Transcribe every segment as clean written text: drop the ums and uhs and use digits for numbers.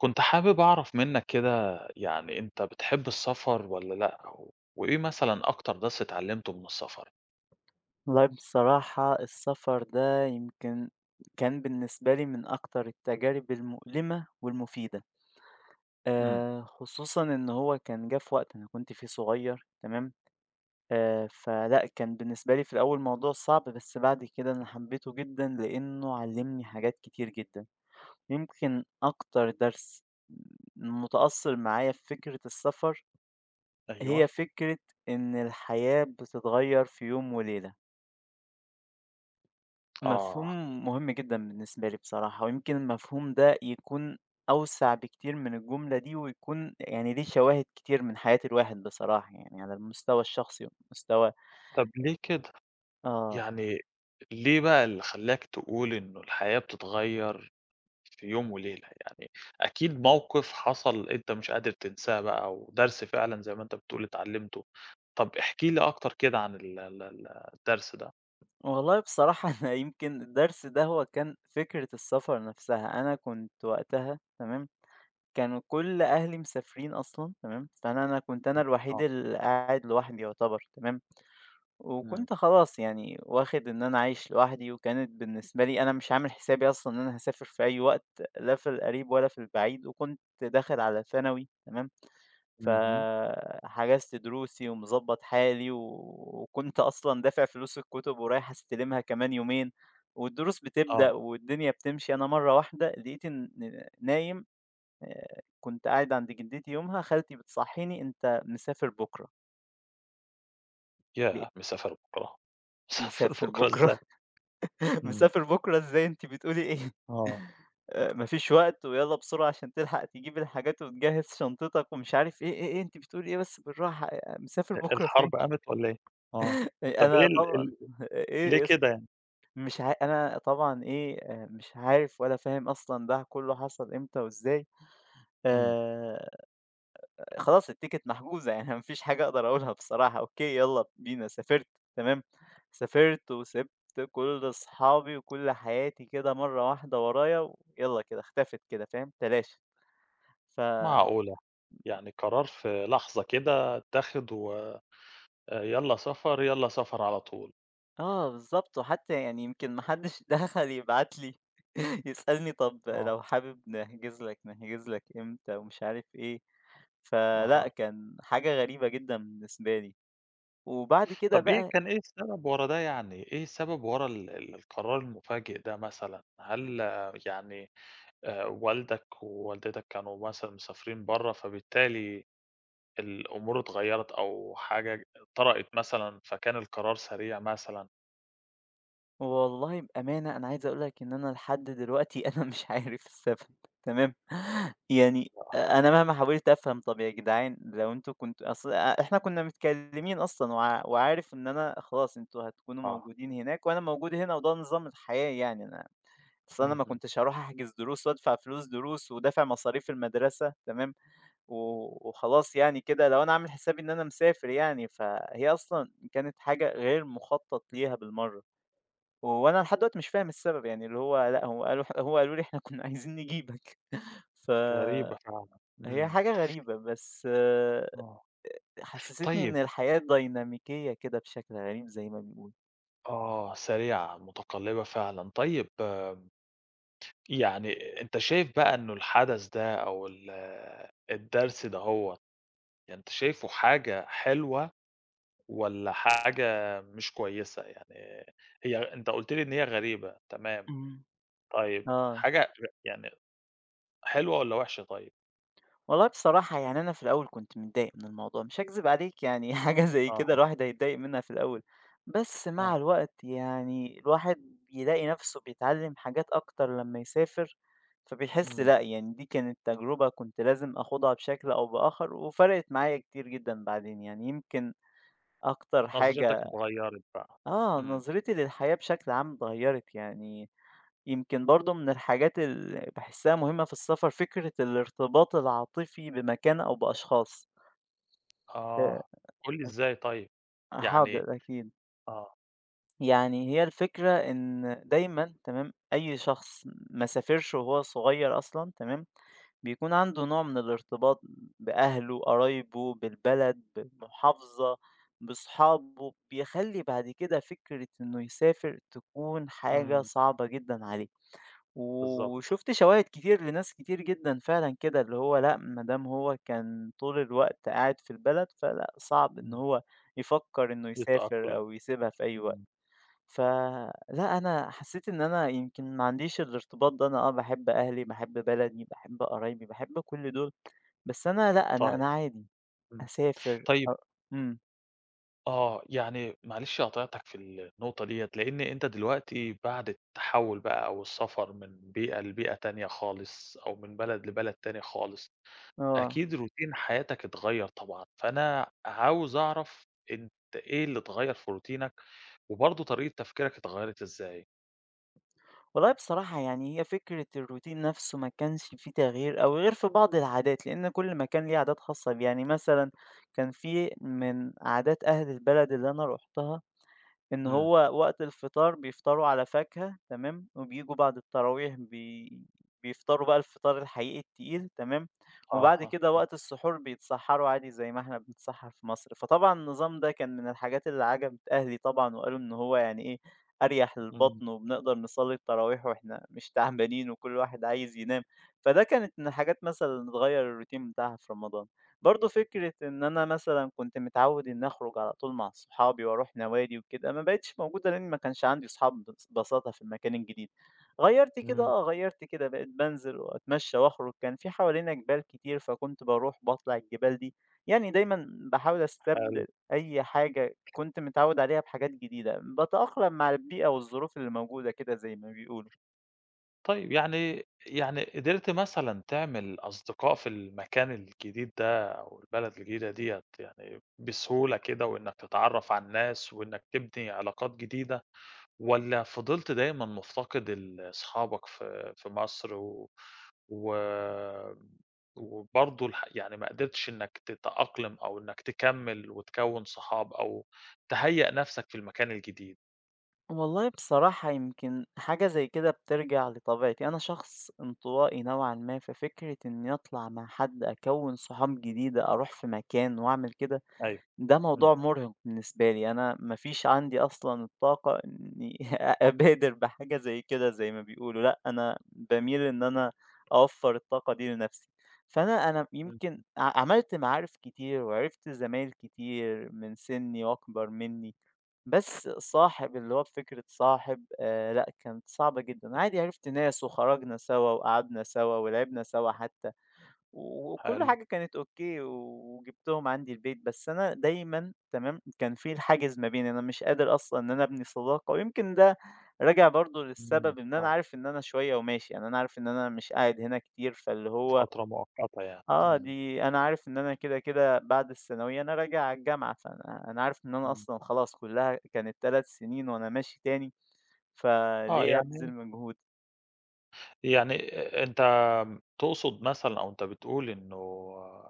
كنت حابب أعرف منّك كده، يعني أنت بتحب السفر والّا لأ، و- وإيه مثلًا أكتر درس اتعلمته من السفر؟ والله بصراحة السفر ده يمكن كان بالنسبة لي من أكتر التجارب المؤلمة والمفيدة، إمم، آه خصوصا إن هو كان جه في وقت أنا كنت فيه صغير تمام. آه فلا كان بالنسبة لي في الأول موضوع صعب، بس بعد كده أنا حبيته جدا لأنه علمني حاجات كتير جدا. يمكن أكتر درس متأثر معايا في فكرة السفر هي أيوه. فكرة إن الحياة بتتغير في يوم وليلة، مفهوم آه. مهم جدًا بالنسبة لي بصراحة، ويمكن المفهوم ده يكون أوسع بكتير من الجملة دي، ويكون يعني ليه شواهد كتير من حياة الواحد بصراحة، يعني على المستوى الشخصي والمستوى. طب ليه كده؟ آه، يعني ليه بقى اللي خلّاك تقول إنه الحياة بتتغيّر في يوم وليلة؟ يعني أكيد موقف حصل أنت مش قادر تنساه بقى، ودرس فعلًا زي ما أنت بتقول اتعلمته. طب احكِ لي أكتر كده عن ال ال ال الدرس ده. والله بصراحة أنا يمكن الدرس ده هو كان فكرة السفر نفسها، أنا كنت وقتها تمام، كانوا كل أهلي مسافرين أصلًا تمام، فأنا كنت أنا الوحيد آه. اللي قاعد لوحدي يعتبر تمام. إمم. وكنت خلاص يعني واخد إن أنا عايش لوحدي، وكانت بالنسبة لي أنا مش عامل حسابي أصلًا إن أنا هاسافر في أي وقت، لا في القريب ولا في البعيد، وكنت داخل على ثانوي تمام، اهم. فحجزت دروسي ومضبّط حالي، وكنت أصلًا دافع فلوس الكتب ورايح أستلمها كمان يومين، والدروس بتبدأ آه. والدنيا بتمشي، أنا مرّة واحدة لقيت إن نايم. كنت قاعد عند جدتي يومها خالتي بتصحيني: "أنت مسافر بُكرة." لأ، ياه! مسافر بُكرة. صف مسافر الفقرا إزاي؟ بُكرة! إمم. مسافر بكرة إزاي؟ أنتِ بتقولي إيه؟ آه. ما فيش وقت ويالّا بسرعة عشان تلحق تجيب الحاجات وتجهّز شنطتك ومش عارف إيه، إيه، إيه، أنتِ بتقولي إيه؟ بس بالراحة، مسافر أ بكرة الحرب فين؟ قامت والّا إيه؟ آه. طب إيه أنا ال طبعًا ال إيه ليه يس كده يعني؟ مش عا أنا طبعًا إيه، مش عارف ولا فاهم أصلًا ده كُلّه حصل إمتى وإزاي. إمم. آآ خلاص التيكت محجوزة يعني ما فيش حاجة أقدر أقولها بصراحة، أوكي يالّا بينا، سافرت تمام، سافرت وسِبت كل أصحابي وكل حياتي كده مرّة واحدة ورايا، ويالّا كده اختفت كده، فاهم، تلاشت. ف معقولة! يعني قرار في لحظة كده اتّاخد و يالّا سفر، يالّا سفر على طول. آه بالضبط، وحتى يعني يمكن ما حدش دخل يبعت لي يسألني طَب آه. لو حابب نحجز لك نحجز لك إمتى ومش عارف إيه، فلأ أها. كان حاجة غريبة جدًا بالنسبة لي. وبعد كده طب إيه بقى كان إيه السبب ورا ده يعني؟ إيه السبب ورا ال ال القرار المفاجئ ده مثلًا؟ هل يعني والدك ووالدتك كانوا مثلًا مسافرين برّه، فبالتالي الأمور اتغيّرت أو حاجة طرأت مثلًا، فكان القرار سريع مثلًا. والله بأمانة أنا عايز أقول لك إن أنا لحد دلوقتي أنا مش عارف السبب تمام يعني آه. أنا مهما حاولت أفهم، طب يا جدعان لو أنتوا كنتوا، أصل إحنا كنا متكلمين أصلا وعارف إن أنا خلاص أنتوا هتكونوا آه. موجودين هناك وأنا موجود هنا وده نظام الحياة، يعني أنا أصل أنا ما اهم. كنتش هروح أحجز دروس وأدفع فلوس دروس ودافع مصاريف المدرسة تمام وخلاص يعني كده لو أنا عامل حسابي إن أنا مسافر يعني، فهي أصلا كانت حاجة غير مخطط ليها بالمرة، وأنا لحد دلوقتي مش فاهم السبب، يعني اللي هو لأ، هو قالوا لي إحنا كنا عايزين نجيبك، غريبة فهي فعلًا. إمم. حاجة غريبة، بس آه، آه. حسّستني إن طيب الحياة ديناميكية كده بشكل غريب زي ما بيقولوا. آه، سريعة، متقلّبة فعلًا. طيب يعني أنت شايف بقى إنه الحدث ده أو ال الدرس دَهوّة، يعني أنت شايفه حاجة حلوة والّا حاجة مش كويسة؟ يعني هي أنت قُلت لي إن هي غريبة، تمام. إمم. طيب آه. حاجة ر يعني حلوة والّا وِحشة طيب؟ والله بصراحة يعني أنا في الأول كنت متضايق من الموضوع، مش هاكذب عليك، يعني حاجة زي كده أها. الواحد هيتضايق منها في الأول، بس مع آه. الوقت يعني الواحد بيلاقي نفسه بيتعلم حاجات أكتر لما يسافر، فبيحس إمم. لأ، يعني دي كانت تجربة كنت لازم آخدها بشكل أو بآخر، وفرقت معايا كتير جدًا بعدين، يعني يمكن أكتر نظرتك حاجة، اتغيّرت بقى. آه، إمم. نظرتي للحياة بشكل عام اتغيرت، يعني يمكن برضه من الحاجات اللي باحسها مهمة في السفر فكرة الارتباط العاطفي بمكان أو بأشخاص. آآ آه. قُل لي إزاي طيب؟ يعني حاضر أكيد. آه. يعني هي الفكرة إن دايمًا تمام، أي شخص ما سافرش وهو صغير أصلًا تمام، بيكون عنده نوع من الارتباط بأهله، قرايبه، بالبلد، بالمحافظة، بأصحابه، بيخلّي بعد كده فكرة إنه يسافر تكون حاجة إمم. صعبة جدًا عليه. بالضبط. وشُفت شواهد كتير لناس كتير جدًا فعلًا كده، اللي هو لأ، ما دام هو كان طول الوقت قاعد في البلد، فلأ صعب إن إمم. هو يفكّر إنه يسافر يتأقلم. أو يسيبها في أي وقت. إمم. فلأ، أنا حسّيت إن أنا يمكن ما عنديش الارتباط ده، أنا آه باحب أهلي، باحب بلدي، باحب قرايبي، باحب كل دول، بس أنا لأ، أنا طيب. أنا عادي إمم. أسافر طيب أ. إمم، آه، يعني معلش قاطعتك في النقطة ديّة، لإن أنت دلوقتي بعد التحوّل بقى أو السفر من بيئة لبيئة تانية خالص، أو من بلد لبلد تاني خالص، آه. أكيد روتين حياتك اتغيّر طبعًا، فأنا عاوز أعرف أنت إيه اللي اتغيّر في روتينك، وبرضه طريقة تفكيرك اتغيّرت إزاي؟ والله بصراحة يعني هي فكرة الروتين نفسه ما كانش فيه تغيير أوي غير في بعض العادات، لأن كل مكان ليه عادات خاصة بيه، يعني مثلًا كان في من عادات أهل البلد اللي أنا روحتها إن إمم. هو وقت الفطار بيفطروا على فاكهة تمام، وبييجوا بعد التراويح بيفطروا بقى الفطار الحقيقي التقيل تمام، وبعد أها. كده آه. وقت السحور بيتسحروا عادي زي ما إحنا بنتسحر في مصر، فطبعًا النظام ده كان من الحاجات اللي عجبت أهلي طبعًا وقالوا إن هو يعني إيه، أريح إمم. للبطن وبنقدر نصلي التراويح وإحنا مش تعبانين وكل واحد عايز ينام، فده كانت من الحاجات مثلًا اللي تغيّر الروتين بتاعها في رمضان. برضه فكرة إن أنا مثلًا كنت متعوّد إني أخرج على طول مع صحابي وأروح نوادي وكده، ما بقِتش موجودة لإن ما كانش عندي صحاب بس بساطة في المكان الجديد. غيّرت كده إمم. آه، غيّرت كده، بقيت بانزل وأتمشّى وأخرج، كان في حوالينا جبال كتير فكنت باروح باطلع الجبال دي، يعني دايمًا باحاول حلو. أستبدل أي حاجة كنت متعوّد عليها بحاجات جديدة، باتأقلم مع البيئة والظروف اللي موجودة كده زي ما بيقولوا. طيب يعني قدرت مثلًا تعمل أصدقاء في المكان الجديد ده أو البلد الجديدة ديّة يعني بسهولة كده، وإنّك تتعرّف على الناس وإنّك تبني علاقات جديدة، والّا فضلت دايمًا مُفتقد ال أصحابك في مصر، و و وبرضه الح يعني ما قدرتش إنّك تتأقلم أو إنّك تكمّل وتكوّن صحاب أو تهيّأ نَفْسك في المكان الجديد؟ والله بصراحة يمكن حاجة زي كده بترجع لطبيعتي، أنا شخص انطوائي نوعا ما، ففكرة إني أطلع مع حد أكون صحاب جديدة أروح في مكان وأعمل كده أيوه. ده إمم. موضوع مرهق بالنسبة لي، أنا مفيش عندي أصلا الطاقة إني أبادر بحاجة زي كده، زي ما بيقولوا لأ أنا بميل إن أنا أوفر الطاقة دي لنفسي، فأنا إمم. يمكن عملت معارف كتير وعرفت زمايل كتير من سني وأكبر مني، بس صاحب اللي هو بفكرة صاحب لأ، كانت صعبة جدًا، عادي عرفت ناس وخرجنا سوا وقعدنا سوا ولعبنا سوا حتى، وكل حلو. حاجة كانت أوكي، وجبتهم عندي البيت، بس أنا دايمًا تمام، كان في الحاجز ما بيني، أنا مش قادر أصلًا إن أنا أبني صداقة، ويمكن ده راجع برضه إمم. للسبب إن أنا آه. عارف إن أنا شوية وماشي، يعني أنا عارف إن أنا مش قاعد هنا كتير، فاللي هو فترة مؤقتة يعني. آه، إمم. دي أنا عارف إن أنا كده، كده بعد الثانوية أنا راجع على الجامعة، فأنا عارف إن أنا إمم. أصلًا خلاص كُلّها كانت 3 سنين وأنا ماشي تاني، آه فليه يعني أبذل مجهود؟ يعني أ أنت تقصد مثلًا أو أنت بتقول إنه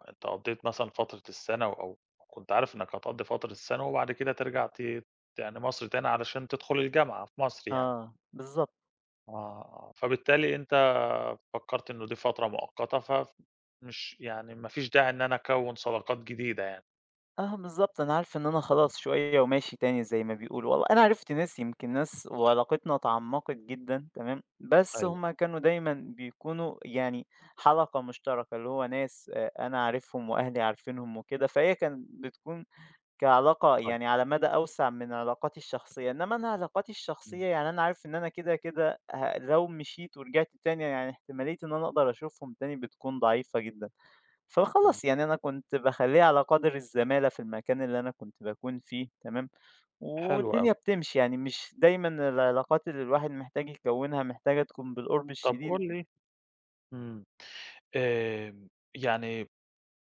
أنت قضّيت مثلًا فترة الثانوي، أو كنت عارف إنك هتقضّي فترة الثانوي وبعد كده ترجع ت يعني مصر تاني علشان تدخل الجامعة في مصر يعني. آه، بالضبط. آه. آه. فبالتالي أنت فكّرت إنه دي فترة مؤقتة فف مش يعني ما فيش داعي إن أنا أكوّن صداقات جديدة يعني. آه، بالضبط، أنا عارف إن أنا إمم. خلاص شوية وماشي تاني زي ما بيقولوا. والله أنا عرفت ناس، يمكن ناس وعلاقتنا اتعمّقت جدًا تمام، بس أيوه. هم كانوا دايمًا بيكونوا يعني حلقة مشتركة، اللي هو ناس أنا عارفهم وأهلي عارفينهم وكده، فهي كانت بتكون كعلاقة طيب. يعني على مدى أوسع من علاقاتي الشخصية، إنما أنا علاقاتي إمم. الشخصية يعني أنا عارف إن أنا كده كده لو مشيت ورجعت تاني، يعني احتمالية إن أنا أقدر أشوفهم تاني بتكون ضعيفة جدًا، إمم. فخلاص يعني أنا كنت باخلّيها على قدر الزمالة في المكان اللي أنا كنت باكون فيه تمام، حلو والدنيا أوي. بتمشي، يعني مش دايمًا العلاقات اللي الواحد محتاج يكوّنها محتاجة تكون بالقرب طب الشديد. قُل لي. إمم. آمم، يعني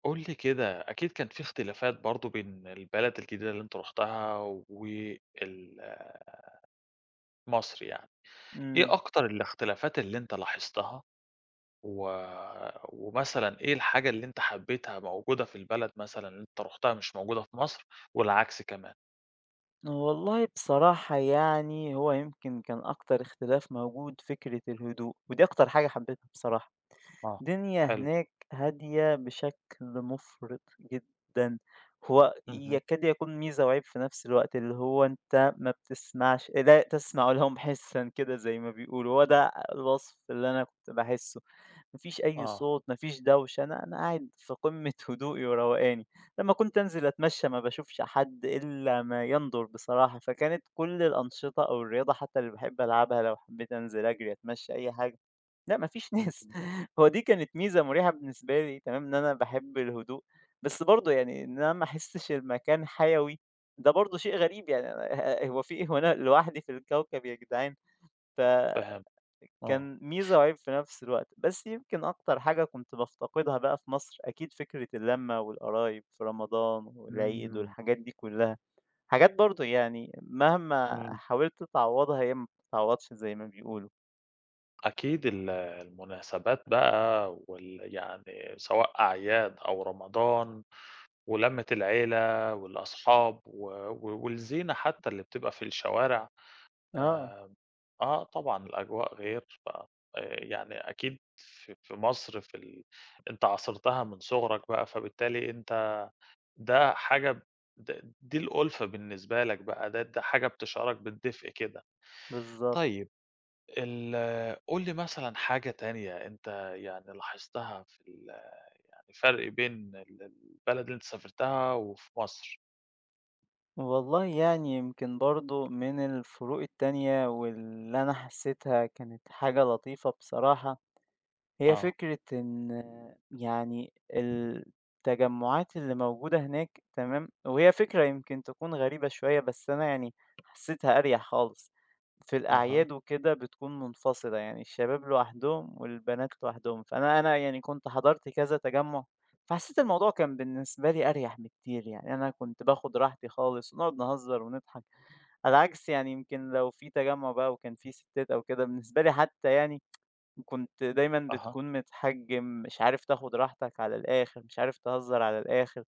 قُل لي كده، أكيد كان في اختلافات برضه بين البلد الجديدة اللي أنت رُحتها وال مصر يعني، إيه إمم، أكتر الاختلافات اللي أنت لاحظتها، و ومثلًا إيه الحاجة اللي أنت حبيتها موجودة في البلد مثلًا اللي أنت رُحتها مش موجودة في مصر، والعكس كمان؟ والله بصراحة يعني هو يمكن كان أكتر اختلاف موجود فكرة الهدوء، ودي أكتر حاجة حبيتها بصراحة. آه. الدنيا حلو. هناك هادية بشكل مفرط جدًا، هو اهم. يكاد يكون ميزة وعيب في نفس الوقت، اللي هو أنت ما بتسمعش، لا تسمع لهم حسًا كده زي ما بيقولوا، هو ده الوصف اللي أنا كنت باحسه، ما فيش أي آه. صوت، ما فيش دوشة، أنا قاعد في قمة هدوئي وروقاني، لمّا كنت أنزل أتمشى ما باشوفش حد إلا ما ينظر بصراحة، فكانت كل الأنشطة أو الرياضة حتى اللي باحب ألعبها لو حبيت أنزل أجري، أتمشى، أي حاجة لأ ما فيش ناس اهم. هو دي كانت ميزة مريحة بالنسبة لي تمام، إن أنا باحب الهدوء، بس برضه يعني إن أنا ما احسش المكان حيوي ده برضه شيء غريب، يعني أنا هو في إيه، هو أنا لوحدي في الكوكب يا جدعان؟ آه. فكان فهمت. آه. ميزة وعيب في نفس الوقت، بس يمكن أكتر حاجة كنت بافتقدها بقى في مصر أكيد فكرة اللمة والقرايب في رمضان والعيد إمم. والحاجات دي كلها، حاجات برضه يعني مهما إمم. حاولت تعوضها هي ما بتتعوضش زي ما بيقولوا. أكيد ال المناسبات بقى وال يعني سواء أعياد أو رمضان، ولمّة العيلة والأصحاب و و والزينة حتى اللي بتبقى في الشوارع، آه آآ، آه طبعًا الأجواء غير ف يعني أكيد في مصر في ال أنت عاصرتها من صغرك بقى، فبالتالي أنت ده حاجة ب د دي الأُلفة بالنسبة لك بقى، ده ده حاجة بتشعرك بالدفء كده. بالضبط. طيب ال قُل لي مثلًا حاجة تانية أنت يعني لاحظتها في ال يعني فرق بين ال البلد اللي أنت سافرتها وفي مصر؟ والله يعني يمكن برضه من الفروق التانية واللي أنا حسيتها كانت حاجة لطيفة بصراحة، هي آه. فكرة إن يعني التجمعات اللي موجودة هناك تمام، وهي فكرة يمكن تكون غريبة شوية بس أنا يعني حسيتها أريح خالص، في أها. الأعياد وكده بتكون منفصلة، يعني الشباب لوحدهم والبنات لوحدهم، فأنا يعني كنت حضرت كذا تجمُّع، فحسيت الموضوع كان بالنسبة لي أريح بكتير، يعني أنا كنت باخد راحتي خالص ونقعد نهزر ونضحك، على عكس يعني يمكن لو في تجمُّع بقى وكان في ستات أو كده بالنسبة لي حتى يعني كنت دايمًا أها. بتكون متحجّم، مش عارف تاخد راحتك على الآخر، مش عارف تهزّر على الآخر،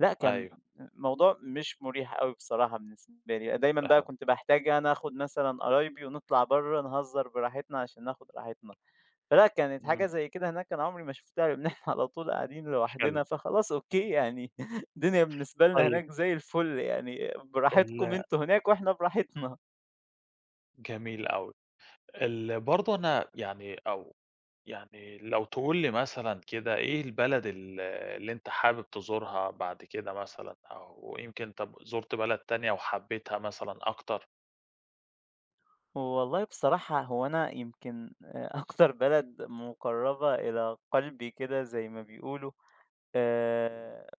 لأ كان أيوه الموضوع مش مريح أوي بصراحة بالنسبة لي، دايمًا بقى فهمت. كنت باحتاج أنا آخد مثلًا قرايبي ونطلع برّه نهزّر براحتنا عشان ناخد راحتنا، فلأ كانت حاجة إمم. زي كده هناك أنا عمري ما شُفتها لإن إحنا على طول قاعدين حلو. لوحدنا، فخلاص أوكي يعني الدنيا بالنسبة لنا طيب هناك زي الفُل، يعني براحتكم ال أنتم هناك وإحنا براحتنا. جميل أوي. ال برضه أنا يعني أو يعني لو تقول لي مثلًا كده إيه البلد ال اللي أنت حابب تزورها بعد كده مثلًا، أو يمكن طب زُرت بلد تانية وحبيتها مثلًا أكتر؟ والله بصراحة هو أنا يمكن آه، أكتر بلد مقربة إلى قلبي كده زي ما بيقولوا آه،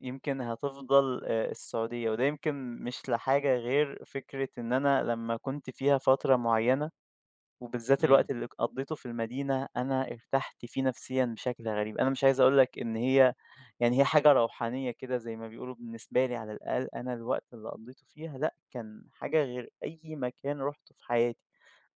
يمكن هتفضل آه، السعودية، وده يمكن مش لحاجة غير فكرة إن أنا لما كنت فيها فترة معينة وبالذات إمم. الوقت اللي قضيته في المدينة أنا ارتحت فيه نفسيا بشكل غريب، أنا مش عايز أقولك إن هي يعني هي حاجة روحانية كده زي ما بيقولوا، بالنسبة لي على الأقل أنا الوقت اللي قضيته فيها لأ كان حاجة غير أي مكان روحته في حياتي،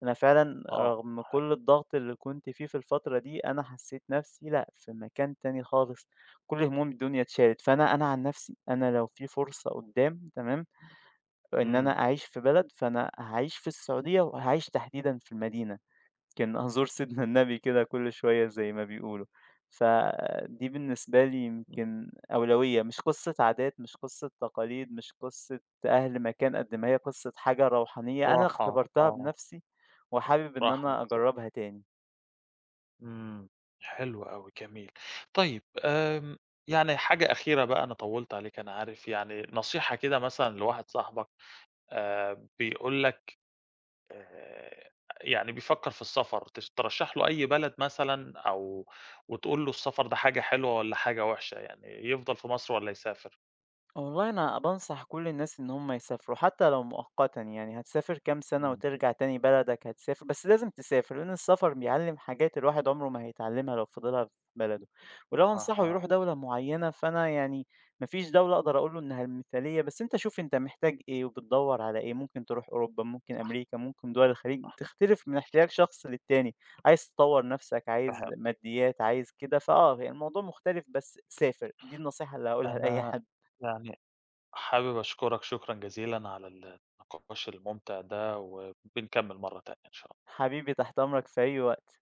أنا فعلًا آه. رغم حلو. كل الضغط اللي كنت فيه في الفترة دي، أنا حسّيت نَفْسي لأ، في مكان تاني خالص، كل هموم الدنيا اتشالت، فأنا عن نَفْسي، أنا لو في فرصة قُدّام تمام، إن إمم. أنا أعيش في بلد، فأنا هاعيش في السعودية وهاعيش تحديدًا في المدينة. كان هزور سيدنا النبي كده كل شوية زي ما بيقولوا، فدي بالنسبة لي إمم. يمكن أولوية، مش قصة عادات، مش قصة تقاليد، مش قصة أهل مكان، قد ما هي قصة حاجة روحانية أنا راحة. اختبرتها آه. بنفسي، وحابب إن راحة أنا نفسية. أجربها تاني. إمم. حلو أوي، جميل. طيب آمم، يعني حاجة أخيرة بقى أنا طوّلت عليك أنا عارف، يعني نصيحة كده مثلًا لواحد صاحبك، بيقول لك، آآ، يعني بيفكّر في السفر، تش ترشّح له أي بلد مثلًا، أو وتقول له السفر ده حاجة حلوة والّا حاجة وحشة، يعني يفضل في مصر والّا يسافر؟ والله أنا بانصح كل الناس إن هم يسافروا حتى لو مؤقتا، يعني هتسافر كام سنة إمم. وترجع تاني بلدك، هتسافر بس لازم تسافر، لأن السفر بيعلم حاجات الواحد عمره ما هيتعلمها لو فضلها في بلده، ولو أنصحه أها. يروح دولة معينة فأنا يعني مفيش دولة أقدر أقوله إنها المثالية، بس أنت شوف أنت محتاج إيه وبتدور على إيه، ممكن تروح أوروبا، ممكن صح. أمريكا، ممكن دول الخليج، تختلف من احتياج شخص للتاني، عايز تطور نفسك، عايز فه ماديات، عايز كده، فأه يعني الموضوع مختلف، بس سافر، دي النصيحة اللي هقولها لأي أنا حد. يعني حابب أشكرك شكرًا جزيلًا على ال النقاش الممتع ده، وبنكمّل مرّة تانية إن شاء الله. حبيبي تحت أمرك في أي وقت.